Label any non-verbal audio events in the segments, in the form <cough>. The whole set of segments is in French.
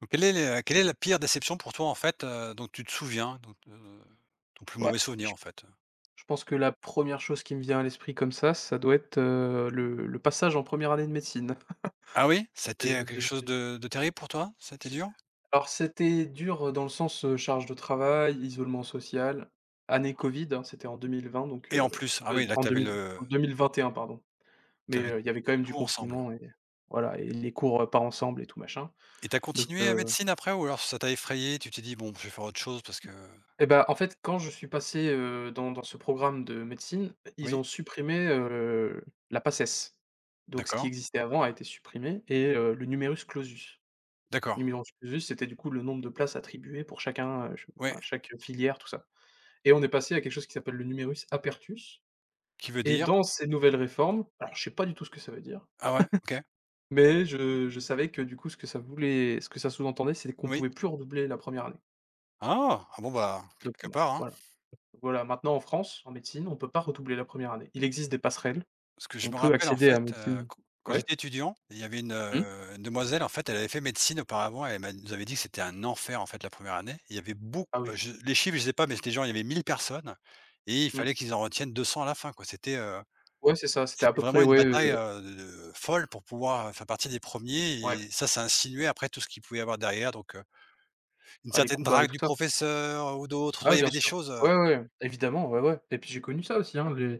Donc quelle est la pire déception pour toi, en fait, dont tu te souviens, donc ton plus Ouais, mauvais souvenir, je en fait? je pense que la première chose qui me vient à l'esprit comme ça doit être, le passage en première année de médecine. Ah oui? C'était, quelque chose J'ai de terrible pour toi? Ça a été dur? alors c'était dur, dans le sens, charge de travail, isolement social, année covid, hein, c'était en 2020 donc Et en plus, ah oui, là, en tu 2000 le en 2021 pardon, mais t'avais il y avait quand même du tout ensemble. confinement et voilà et les cours, pas ensemble et tout machin Et t'as donc continué, médecine après ou alors ça t'a effrayé, tu t'es dit: «Bon, je vais faire autre chose parce que.» et bah, en fait, quand je suis passé, dans ce programme de médecine, ils Oui? ont supprimé, la PACES. Donc ce qui D'accord, existait avant a été supprimé et le numerus clausus. d'accord, Le numerus clausus, c'était du coup le nombre de places attribuées pour chacun, ch ouais, enfin chaque filière, tout ça. Et on est passé à quelque chose qui s'appelle le numerus apertus qui veut et dire? dans ces nouvelles réformes, alors je sais pas du tout ce que ça veut dire, Ah ouais, OK, mais je savais que du coup ce que ça sous-entendait, c'était qu'on oui. pouvait plus redoubler la première année. Ah! Ah bon, bah, Donc quelque bon, part, hein. voilà. Voilà, maintenant en France, en médecine, on ne peut pas redoubler la première année. Il existe des passerelles, Parce que je on me peut rappelle en accéder à fait, médecine. q quand Ouais? j'étais étudiant, il y avait Mmh? Une demoiselle en fait, elle avait fait médecine auparavant, elle m'a nous avait dit que c'était un enfer en fait la première année. Il y avait beaucoup Ah oui. Je les chiffres, je sais pas, mais c'était genre il y avait 1000 personnes et il Mmh. fallait qu'ils en retiennent 200 à la fin quoi. Ouais, c'est ça, c'était à C'était peu près, vraiment une ouais, bataille, de folle pour pouvoir faire partie des premiers ouais, et ça insinuait après tout ce qu'il pouvait y avoir derrière, une ah les certaine coups bas et drague tout du ça. professeur ou d'autres, Ah tu il ouais, y bien avait des sûr. choses, Ouais, ouais, ouais, évidemment, ouais, ouais et puis j'ai connu ça aussi, hein,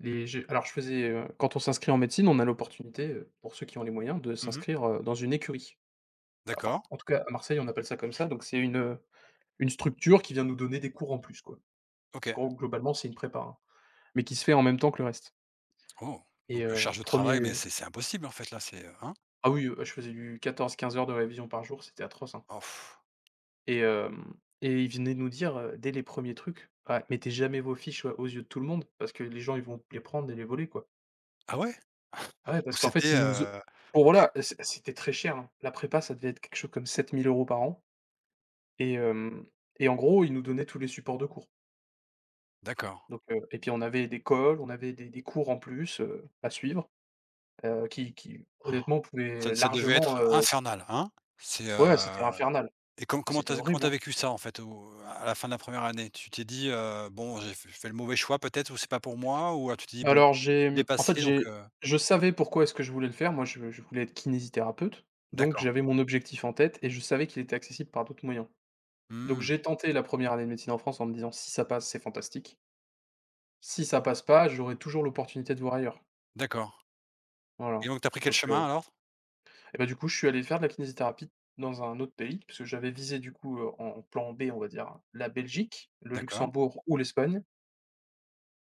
les j'ai alors je faisais, quand on s'inscrit en médecine, on a l'opportunité, pour ceux qui ont les moyens, de mmh. s'inscrire, dans une écurie. Enfin, D'accord, en tout cas à Marseille, on appelle ça comme ça, donc c'est une structure qui vient nous donner des cours en plus, quoi. OK. Gros globalement, c'est une prépa, hein, mais qui se fait en même temps que le reste Oh, et 1. charge de travail, mais c'est impossible en fait là, c'est, hein? Ah oui, je faisais du 14-15 heures de révision par jour, c'était atroce, hein Oh! Pff. et hem et ils venaient nous dire, dès les premiers trucs: «Ah, mettez jamais vos fiches, aux yeux de tout le monde parce que les gens, ils vont les prendre et les voler, quoi». Ah ouais? Ah ouais, parce Donc qu'en fait, c'était, ils nous o heu bon OK, voilà, c'était très cher, hein. La prépa, ça devait être quelque chose comme 7 000 euros par an et hem et en gros, ils nous donnaient tous les supports de cours. d'accord. Donc et puis on avait des colles, on avait des cours en plus, à suivre, qui honnêtement Ça pouvaient devait largement, être infernal, hein? C'est, ouais, c'était heu infernal. et com Ah, comment tu c'était as comment tu horrible, as hein. vécu ça, en fait, au à la fin de la première année? Tu t'es dit, «Bon, j'ai fait je fais le mauvais choix peut-être, ou c'est pas pour moi», ou, tu t'es dit: «Bon, Alors j'ai, il est mmh, en fait, passé donc j'ai heu.» je savais pourquoi est-ce que je voulais le faire. Moi, je voulais être kinésithérapeute, donc D'accord. j'avais mon objectif en tête et je savais qu'il était accessible par d'autres moyens. Donc Mmh, j'ai tenté la première année de médecine en France en me disant: «Si ça passe, c'est fantastique. Si ça passe pas, j'aurai toujours l'opportunité de voir ailleurs». d'accord. Et Voilà. donc tu as pris quel Donc chemin alors? et bah, du coup, je suis allé faire de la kinésithérapie dans un autre pays, parce que j'avais visé du coup, en plan B, on va dire, la Belgique, le D'accord. Luxembourg ou l'Espagne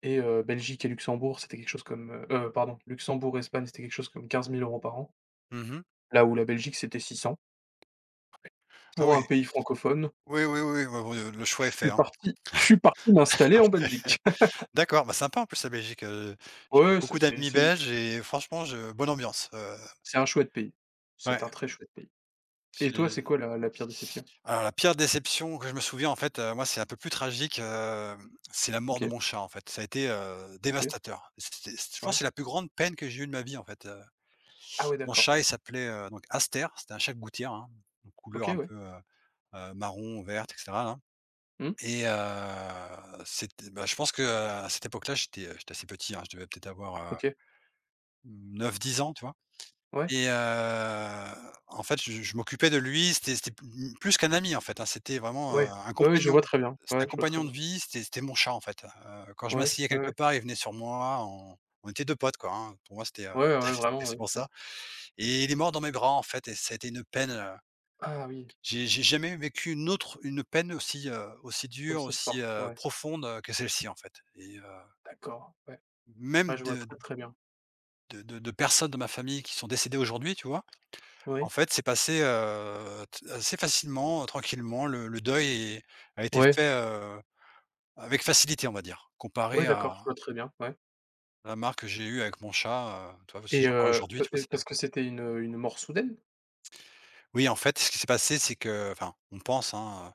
et Belgique et Luxembourg, c'était quelque chose comme, pardon, Luxembourg, et Espagne, c'était quelque chose comme 15 000 euros par an. Mmh mh. Là où la Belgique, c'était 600. Ah Pour oui. un pays francophone, Oui, oui, oui, ouais, ouais, le choix est fait, hein. Je suis parti m'installer en Belgique. <laughs> D'accord, bah, sympa en plus la Belgique, j'ai Ouais, beaucoup d'amis c'est une belges et franchement je bonne ambiance, c'est un chouette pays. C'est ouais, un très chouette pays. Et toi, c'est j'ai quoi la pire déception? alors la pire déception que je me souviens en fait, moi c'est un peu plus tragique, hem, c'est la mort de OK, mon chat en fait. Ça a été, OK, dévastateur. C'était c Je pense ouais. c'est la plus grande peine que j'ai eue de ma vie en fait. Ah ouais, Mon d'accord. chat il s'appelait, donc Aster, c'était un chat de gouttière, hein, donc OK, couleur un ouais. peu, marron, verte, et cetera, hein, Mmh. et heu, c'était, bah, je pense qu'à cette époque-là, j'étais assez petit, hein, je devais peut-être avoir, OK. 9-10 ans, tu vois? Ouais, Et en fait, je m'occupais de lui, c'était plus qu'un ami, en fait, hein, c'était vraiment, ouais. un Ouais, ouais, je compagnon. vois très bien. C'était Ouais, un je vois très compagnon de bien. vie, c'était mon chat, en fait. Quand je Ouais, m'asseyais ouais, ouais. quelque part, il venait sur moi, on était 2 potes, quoi, hein. Pour moi, c'était, Ouais, ouais, <laughs> vraiment, c'est ouais, pour ouais. ça. Et il est mort dans mes bras, en fait, et ça a été une peine, Ah oui, j'ai jamais vécu une peine aussi, aussi dure, aussi aussi, forte, ouais. profonde, que celle-ci, en fait, et D'accord, ouais. même Ouais, je vois de très, très bien. de de de personnes de ma famille qui sont décédées aujourd'hui, tu vois? En Ouais. fait, c'est passé, t assez facilement, tranquillement. Le deuil est a été Ouais. fait, avec facilité, on va dire, Ouais, comparé d'accord, à je vois très bien, ouais. la marque que j'ai eue avec mon chat, tu vois? Si Et j'en parle aujourd'hui, pa tu vois, et c'est parce que c'était une mort soudaine? oui, en fait, ce qui s'est passé, c'est que, enfin, on pense, hein,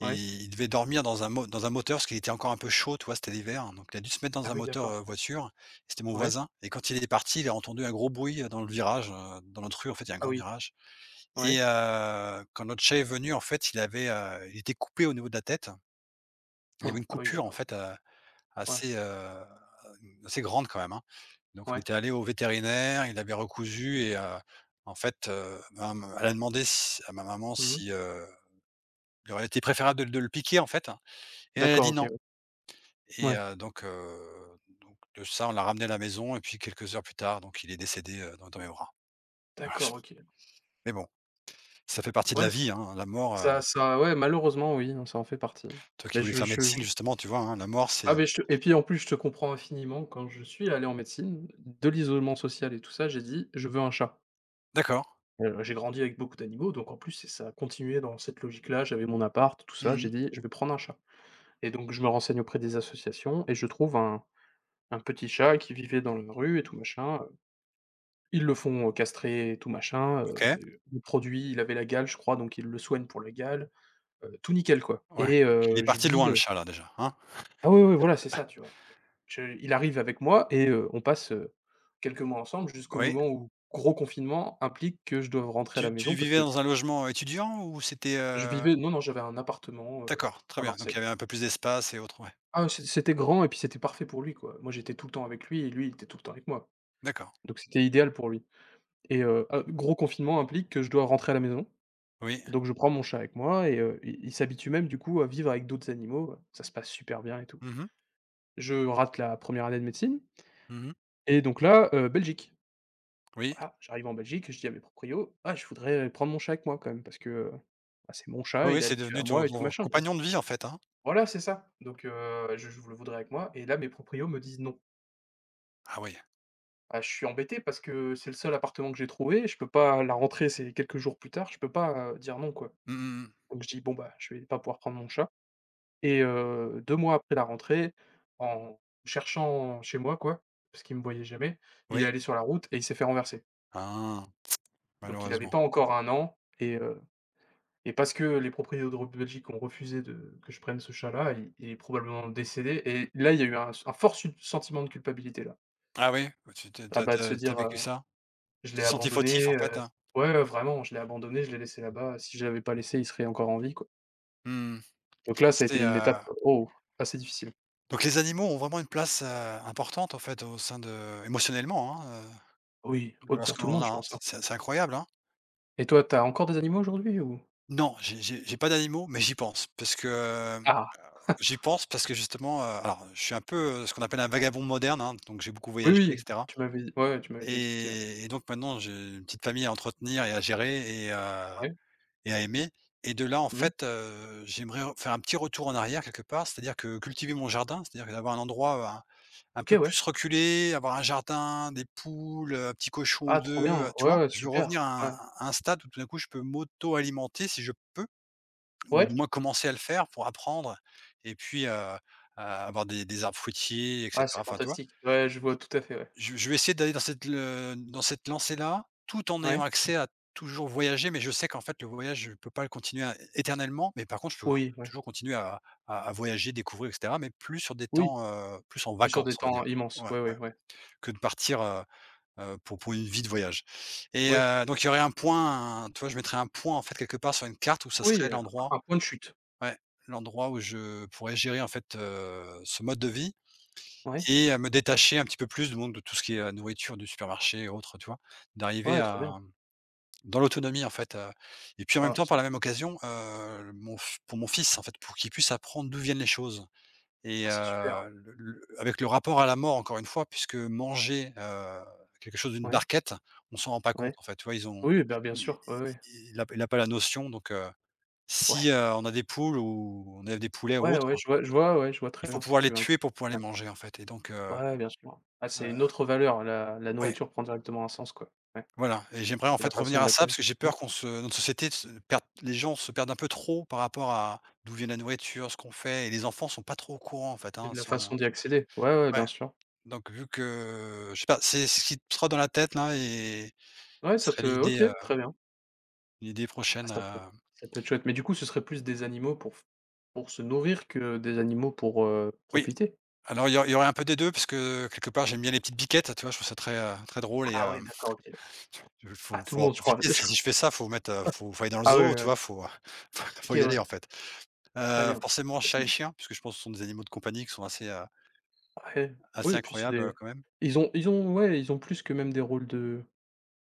Ouais. il devait dormir dans un mo dans un moteur parce qu'il était encore un peu chaud, tu vois? C'était l'hiver, hein. Donc il a dû se mettre dans Ah un oui, moteur, d'accord. Voiture. C'était mon Ouais. voisin, et quand il est parti, il a entendu un gros bruit, dans le virage, dans notre rue, en fait, il y a un Ah grand oui. virage. Ouais. Et quand notre chat est venu, en fait, il avait, il était coupé au niveau de la tête. Il avait Han, une ah oui, coupure, en d'accord. fait, Ouais, assez, assez grande quand même, hein. Donc on ouais. était allé au vétérinaire, il avait recousu, et en fait, ma elle a demandé si à ma maman Mmh. si, il aurait été préférable de le piquer, en fait, hein, et elle a D'accord, dit: OK, «Non», ouais. et Ouais. Donc le chat, on l'a ramené à la maison, et puis quelques heures plus tard, donc il est décédé, dans mes bras. D'accord, <laughs> OK. Mais bon, ça fait partie de Ouais, la ç vie, hein, la mort. ça ça ouais, malheureusement, oui, hein, ça en fait partie. Toi qui Mais voulais faire médecine je justement, tu vois, hein, la mort c'est, ah mais je te et puis, en plus, je te comprends infiniment. Quand je suis allé en médecine, de l'isolement social et tout ça, j'ai dit: «Je veux un chat». d'accord. J'ai grandi avec beaucoup d'animaux, donc en plus, c'est ça a continué dans cette logique-là. J'avais mon appart, tout ça, j'ai Mmh. dit: «Je vais prendre un chat» et donc je me renseigne auprès des associations et je trouve un petit chat qui vivait dans la rue et tout machin. Ils le font, castrer tout machin, OK. le produit, il avait la gale, je crois, donc ils le soignent pour la gale, tout nickel, quoi Ouais. et Il est parti loin le chat là déjà, hein? ah oui, oui, voilà, c'est ça, tu vois? Je il arrive avec moi et on passe, quelques mois ensemble jusqu'au Oui. moment où gros confinement implique que je doive rentrer à la Tu maison parce vivais que dans un logement étudiant, ou c'était, je vivais non, non, j'avais un appartement, d'accord, à très bien, donc Marseille. il y avait un peu plus d'espace et autres, ouais. Ah, c'était grand et puis c'était parfait pour lui, quoi. Moi, j'étais tout le temps avec lui et lui, il était tout le temps avec moi, D'accord. donc c'était idéal pour lui et ah, gros confinement implique que je dois rentrer à la maison. Oui. Donc je prends mon chat avec moi et il s'habitue même du coup à vivre avec d'autres animaux, ça se passe super bien et tout. Mmh mh. Je rate la première année de médecine Mmh. et donc là, Belgique. Oui. Voilà, j'arrive en Belgique, je dis à mes proprios: «Ah je voudrais, prendre mon chat avec moi quand même parce que, bah, c'est mon Oui, chat, il oui, est c'est habitué à devenu ton moi et tout ton machin quoi». compagnon de vie en fait, hein? Voilà, c'est ça. Donc je le voudrais avec moi et là mes proprios me disent: «Non». Ah oui. Ah, je suis embêté parce que c'est le seul appartement que j'ai trouvé, je peux pas la rentrée c'est quelques jours plus tard, je peux pas, dire non quoi. Mmh mh, mmh. Donc je dis: «Bon bah, je vais pas pouvoir prendre mon chat». Et 2 mois après la rentrée, en cherchant chez moi quoi, parce qu'il me voyait jamais, il est Oui. allé sur la route et il s'est fait renverser. Ah, Donc il avait malheureusement. pas encore un an et parce que les propriétaires de Route de Belgique ont refusé de que je prenne ce chat-là, il est probablement décédé et là, il y a eu un fort su sentiment de culpabilité là. Ah oui? Tu t'as Ah bah, de se t'as t'as dire, vécu ça? «Je Tu l'ai t'es senti fautif abandonné, en fait, hein? ouais, ouais, vraiment, «je l'ai abandonné, je l'ai laissé là-bas, si je l'avais pas laissé, il serait encore en vie quoi». Mmh mh. Donc là, ça a été C'était, une étape, oh, assez difficile. donc les animaux ont vraiment une place, importante en fait, au sein de émotionnellement, hein, Oui, oh, pour tout lorsqu'on le en monde, a, je hein. pense, hein. C'est incroyable, hein. Et toi, tu as encore des animaux aujourd'hui ou? Non, j'ai pas d'animaux, mais j'y pense parce que, hem, Ah! j'y pense parce que justement, alors je suis un peu, ce qu'on appelle un vagabond moderne, hein, donc j'ai beaucoup Oui, voyagé, et oui, cetera, tu m'avais ouais, ouais, tu m'avais déjà expliqué, ouais. Et donc maintenant j'ai une petite famille à entretenir et à gérer, et heu, Ouais. et à aimer, et de là, en Mmh. fait, j'aimerais re faire un petit retour en arrière quelque part, c'est-à-dire que cultiver mon jardin, c'est-à-dire d'avoir un endroit, un OK, peu ouais. plus reculé, avoir un jardin, des poules, un petit cochon Ah, ou trop 2, bien. Tu Ouais, vois? ouais, Je veux super. revenir Ouais. à un stade où tout d'un coup je peux m'auto-alimenter si je peux, ou du Ouais? moins commencer à le faire pour apprendre et puis, à avoir des arbres fruitiers, et Ah, cetera, c'est enfin, tu vois? fantastique. Ouais, je vois tout à fait, ouais. Je vais essayer d'aller dans cette le dans cette lancée-là, tout en ayant Ouais. accès à toujours voyager, mais je sais qu'en fait, le voyage, je peux pas le continuer à éternellement, mais par contre, je peux Oui, ouais. toujours continuer à à voyager, découvrir, et cetera, mais plus sur des Oui, temps, plus en plus sur des vacances, on va temps dire. immenses. Ouais, Ouais, ouais, ouais, ouais. que de partir, pour une vie de voyage, et Ouais. Donc il y aurait un point, tu vois, je mettrais un point, en fait, quelque part sur une carte où ça Oui, serait l'endroit, un point de chute. ouais, l'endroit où je pourrais gérer, en fait, ce mode de vie. Ouais. Et à me détacher un petit peu plus du monde, de tout ce qui est, nourriture du supermarché et autres, tu vois? D'arriver Ouais, trop bien. à dans l'autonomie, en fait, heu, et puis, en même Ah, temps, par c'est la même occasion, mon f pour mon fils, en fait, pour qu'il puisse apprendre d'où viennent les choses, et ah, c'est super. Le avec le rapport à la mort, encore une fois, puisque manger, quelque chose d'une Ouais, barquette, on s'en rend pas ouais. compte, en fait, tu vois? Ils ont Oui, bah, bien i sûr. Ouais, ouais. i il a pas la notion, si, Ouais. On a des poules, ou on a des poulets ou Ouais, autre, ouais, je vois, ouais, je vois très il faut bien ce que pouvoir tu les veux tuer inculquer. pour pouvoir les Ouais. manger, en fait, Ouais, bien sûr. Ah, c'est ouais. une autre valeur, la nourriture prend directement un sens, quoi. Ouais. Voilà, et j'aimerais en Et la fait façon revenir de à ça l'acquérir. parce que j'ai Mmh peur qu'on se notre société se perde, les gens se perdent un peu trop par rapport à d'où vient la nourriture, ce qu'on fait, et les enfants sont pas trop au courant en fait, et hein, de la sont façon d'y accéder. Ouais, ouais, ouais, bien sûr. donc vu que je sais pas, c'est ce qui te trotte dans la tête là, et Ouais, ce ça serait te l'idée, OK, très bien. l'idée Ah, prochaine, ça peut être chouette, mais du coup, ce serait plus des animaux pour f pour se nourrir que des animaux pour, oui, profiter? alors il y aurait un peu des 2 parce que quelque part j'aime bien les petites biquettes, tu vois? Je trouve ça très, très drôle, et Ah ouais, hem, d'accord, OK. Ah, faut tout le faut en monde, je crois, <laughs> profiter. je Si crois. si je fais ça, faut mettre, faut aller dans le Ah ouais, zoo, ouais, tu ouais. vois? Faut <laughs> faut OK, y ouais, aller en fait. très bien. Forcément C'est chat et chien, puisque je pense que ce sont des animaux de compagnie qui sont assez, ouais, assez oui, et puis c'est incroyables, des quand même. Ils ont ouais, ils ont plus que même des rôles de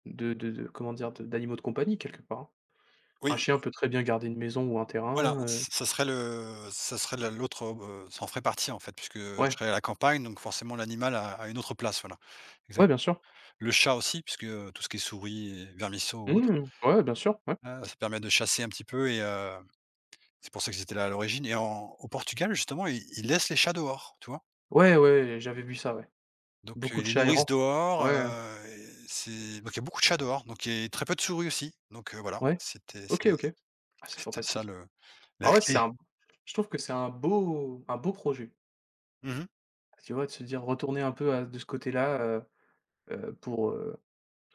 comment dire? De d'animaux de compagnie quelque part, hein. Un Oui, chien peut très bien garder une maison ou un voilà, terrain, ç ça serait le ça serait la l'autre, ça en ferait partie, en fait, puisque je ouais, serais à la campagne, donc forcément l'animal a une autre place, voilà. ouais, Exact. bien sûr. Le chat aussi, puisque, tout ce qui est souris et vermisseaux ou autre Mmh, ouais, bien sûr, ouais. Ça permet de chasser un petit peu et c'est pour ça qu'ils étaient là à l'origine et en au Portugal, justement, ils laissent les chats dehors, tu vois? Ouais, ouais, j'avais vu ça, ouais. Donc Beaucoup de ils les chats nourrissent errants. dehors, Ouais, ouais. Et c'est donc il y a beaucoup de chats dehors, donc il y a très peu de souris aussi, donc voilà, Ouais? c'est OK, OK. Ah, c'est c'est peut-être ça fantastique. le la Ah ouais, c'est clé. un je trouve que c'est un beau projet. Mmh. Tu vois? De se dire retourner un peu à de ce côté-là, pour,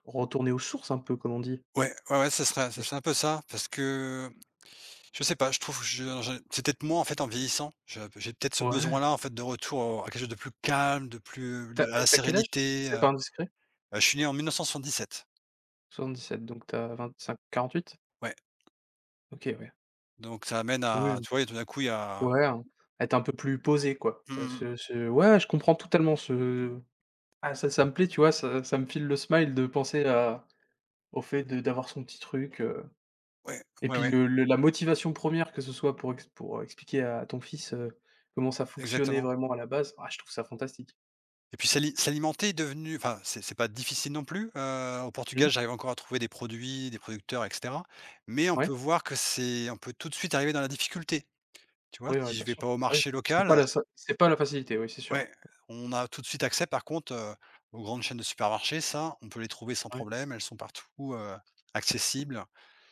retourner aux sources un peu, comme on dit. Ouais, ouais, ouais, ça Bah, serait c'est ce serait un peu ça parce que je sais pas, je trouve que je c'est peut-être moi en fait en vieillissant, je j'ai peut-être ce ouais. besoin-là en fait de retour au à quelque chose de plus calme, de plus T'as de à la as quel âge, si sérénité, c'est pas indiscret? je suis né en 1977. 77, donc tu as 25-48? Ouais, OK, ouais. donc ça amène Oui, à, oui. tu vois? Et tout d'un coup il y a Ouais, hein. Être un peu plus posé, quoi. Mmh mmh, Ce ce ouais, je comprends totalement ce ah ça ça me plaît, tu vois? Ça ça me file le smile de penser à au fait de d'avoir son petit truc, ouais, et ouais, puis ouais, le la motivation première que ce soit pour ex pour expliquer à ton fils, comment ça fonctionnait exactement, vraiment à la base, ah je trouve ça fantastique. et puis s'alimenter est devenu, enfin, c'est pas difficile non plus, au Mmh. Portugal, j'arrive encore à trouver des produits, des producteurs, et cetera, mais on Ouais. peut voir que c'est on peut tout de suite arriver dans la difficulté. Tu vois, Oui, ouais, si je bien vais sûr. pas au Ah oui. marché C'est pas local. la sa c'est pas la facilité, oui, c'est sûr. Ouais, on a tout de suite accès par contre, aux grandes chaînes de supermarchés, ça, on peut les trouver sans Ouais. problème, elles sont partout, accessibles,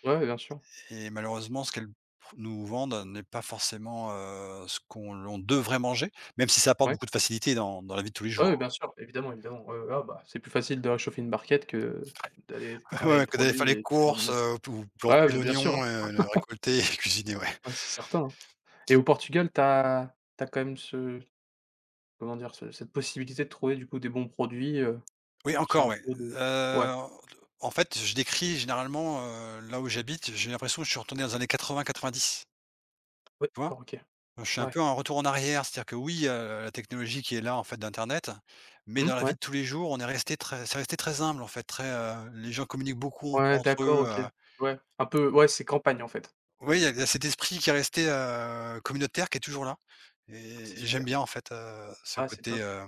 Ouais, ouais, bien sûr. et malheureusement ce qu'elles pr nous vendent n'est pas forcément, ce qu'on l'on devrait manger, même si ça apporte Ouais. beaucoup de facilité dans la vie de tous les Ouais, ouais, jours, hein. bien sûr, évidemment, évidemment. Ouais, ouais, ah bah, c'est plus facile de réchauffer une barquette que <laughs> d'aller Ouais, travailler le ouais, que d'aller faire produit les et faire de courses, mettre ou ouais, planter mais bien sûr, l'oignon, hein. Le récolter <laughs> et cuisiner, ouais. Ah, c'est certain, hein et au Portugal, t'as as quand même ce comment dire? Ce cette possibilité de trouver du coup des bons produits, Oui encore, sans ouais, trop de ouais, heu, en fait, je décris généralement, là où j'habite, j'ai l'impression que je suis retourné dans les années 80, 90. ouais, Tu vois? d'accord, OK. Je suis un Ouais. peu en retour en arrière, c'est-à-dire que oui, la technologie qui est là, en fait, d'internet, mais Mmh, dans la vie ouais. de tous les jours, on est resté très c'est resté très humble, en fait, très, les gens communiquent beaucoup encore Ouais, entre d'accord, eux, OK. Ouais, un peu ouais, c'est campagne, en fait. oui, il y a cet esprit qui est resté, communautaire, qui est toujours là, Ah, c'est et j'aime super. bien, en fait, ce Ah, c'est côté, top.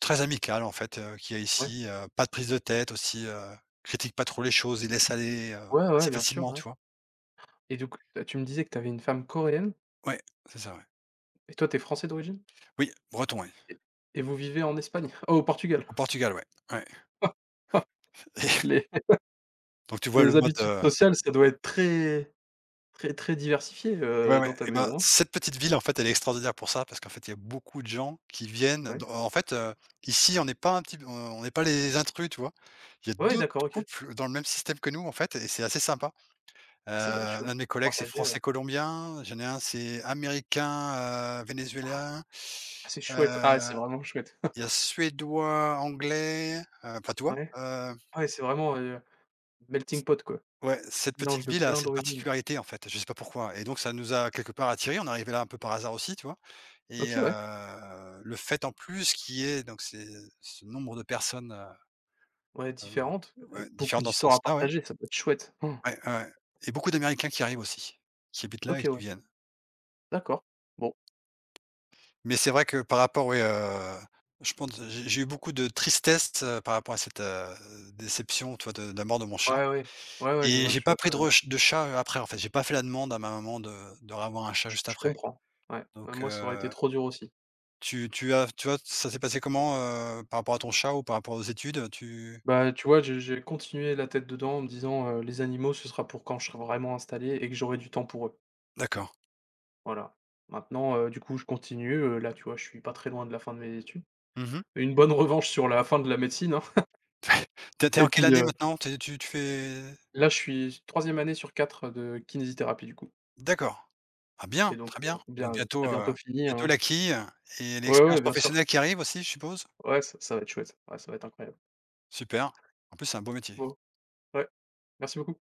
très amical, en fait, qu'il y a Ouais. ici, pas de prise de tête aussi, critique pas trop les choses et laisse aller, Ouais, ouais, assez bien sûr, facilement, ouais tu vois? et donc t tu me disais que tu avais une femme coréenne Ouais, c'est ça, ouais. et toi, tu es français d'origine? Oui, breton, ouais. Et et vous vivez en Espagne? <laughs> Oh, au Portugal. Au Portugal, ouais, ouais. <laughs> Les <laughs> Donc tu vois le mode, habitudes heu. sociales, ça doit être très, très, très diversifié, Ouais, ouais, dans ta et ben maison, hein? cette petite ville, en fait, elle est extraordinaire pour ça parce qu'en fait, il y a beaucoup de gens qui viennent d Ouais. en fait, ici, on n'est pas un petit p on n'est pas les intrus, tu vois? Il y a Ouais, d'autres d'accord, OK. couples dans le même système que nous, en fait, et c'est assez sympa. Ah, ça doit être L'un chouette de mes pour collègues, c'est partager, français-colombien, j'en ai un, c'est américain, vénézuélien, ah, c'est chouette. heu, Ah, c'est vraiment chouette. il y a suédois, anglais, enfin, tu vois? Ouais. Ouais, c'est vraiment, melting pot, quoi. Ouais, cette petite Mélange de ville a plein cette d'origines. particularité, en fait, je sais pas pourquoi, et donc ça nous a quelque part attirés, on est arrivé là un peu par hasard aussi, tu vois? Et OK, ouais. Le fait en plus qui est donc ces ce nombre de personnes, heu, Ouais, heu, différentes, avec ouais, beaucoup différentes dans ce d'histoires à sens-là, ouais. partager, ça peut être chouette. Mmh. Ouais, ouais, ouais, et beaucoup d'Américains qui arrivent aussi, qui habitent là et OK, qui ouais, viennent. d'accord. Bon, Mais c'est vrai que par rapport, ouais, je pense j'ai eu beaucoup de tristesse, par rapport à cette, déception, tu vois, de la mort de mon chat, ouais, ouais. Ouais, ouais, je et vois j'ai je vois pas pris très bien. De chat, après, en fait. J'ai pas fait la demande à ma maman de ravoir un chat juste Je après. comprends. Ouais, bah, Donc moi, ça aurait été trop dur aussi. tu tu as tu vois, ça s'est passé comment, par rapport à ton chat ou par rapport aux études, tu. Bah, tu vois, j'ai continué la tête dedans en me disant, «Les animaux, ce sera pour quand je serai vraiment installé et que j'aurai du temps pour eux». D'accord. Voilà. Maintenant, du coup, je continue, là, tu vois, je suis pas très loin de la fin de mes études. Mmh mh. Une bonne revanche sur la fin de la médecine, hein Tu <laughs> et en quelle puis, année maintenant? Tu fais. là, je suis troisième année sur 4 de kinésithérapie, du coup. D'accord. Ah bien, Et donc très bien. Donc bien, bientôt, très bientôt fini, bientôt hein. l'acquis quille et Ouais, ouais, l'expérience bien sûr. professionnelle qui arrive aussi, je suppose? Ouais, ça ça va être chouette. Ouais, ça va être incroyable. Super. En plus, c'est un beau métier. Bon, ouais, merci beaucoup.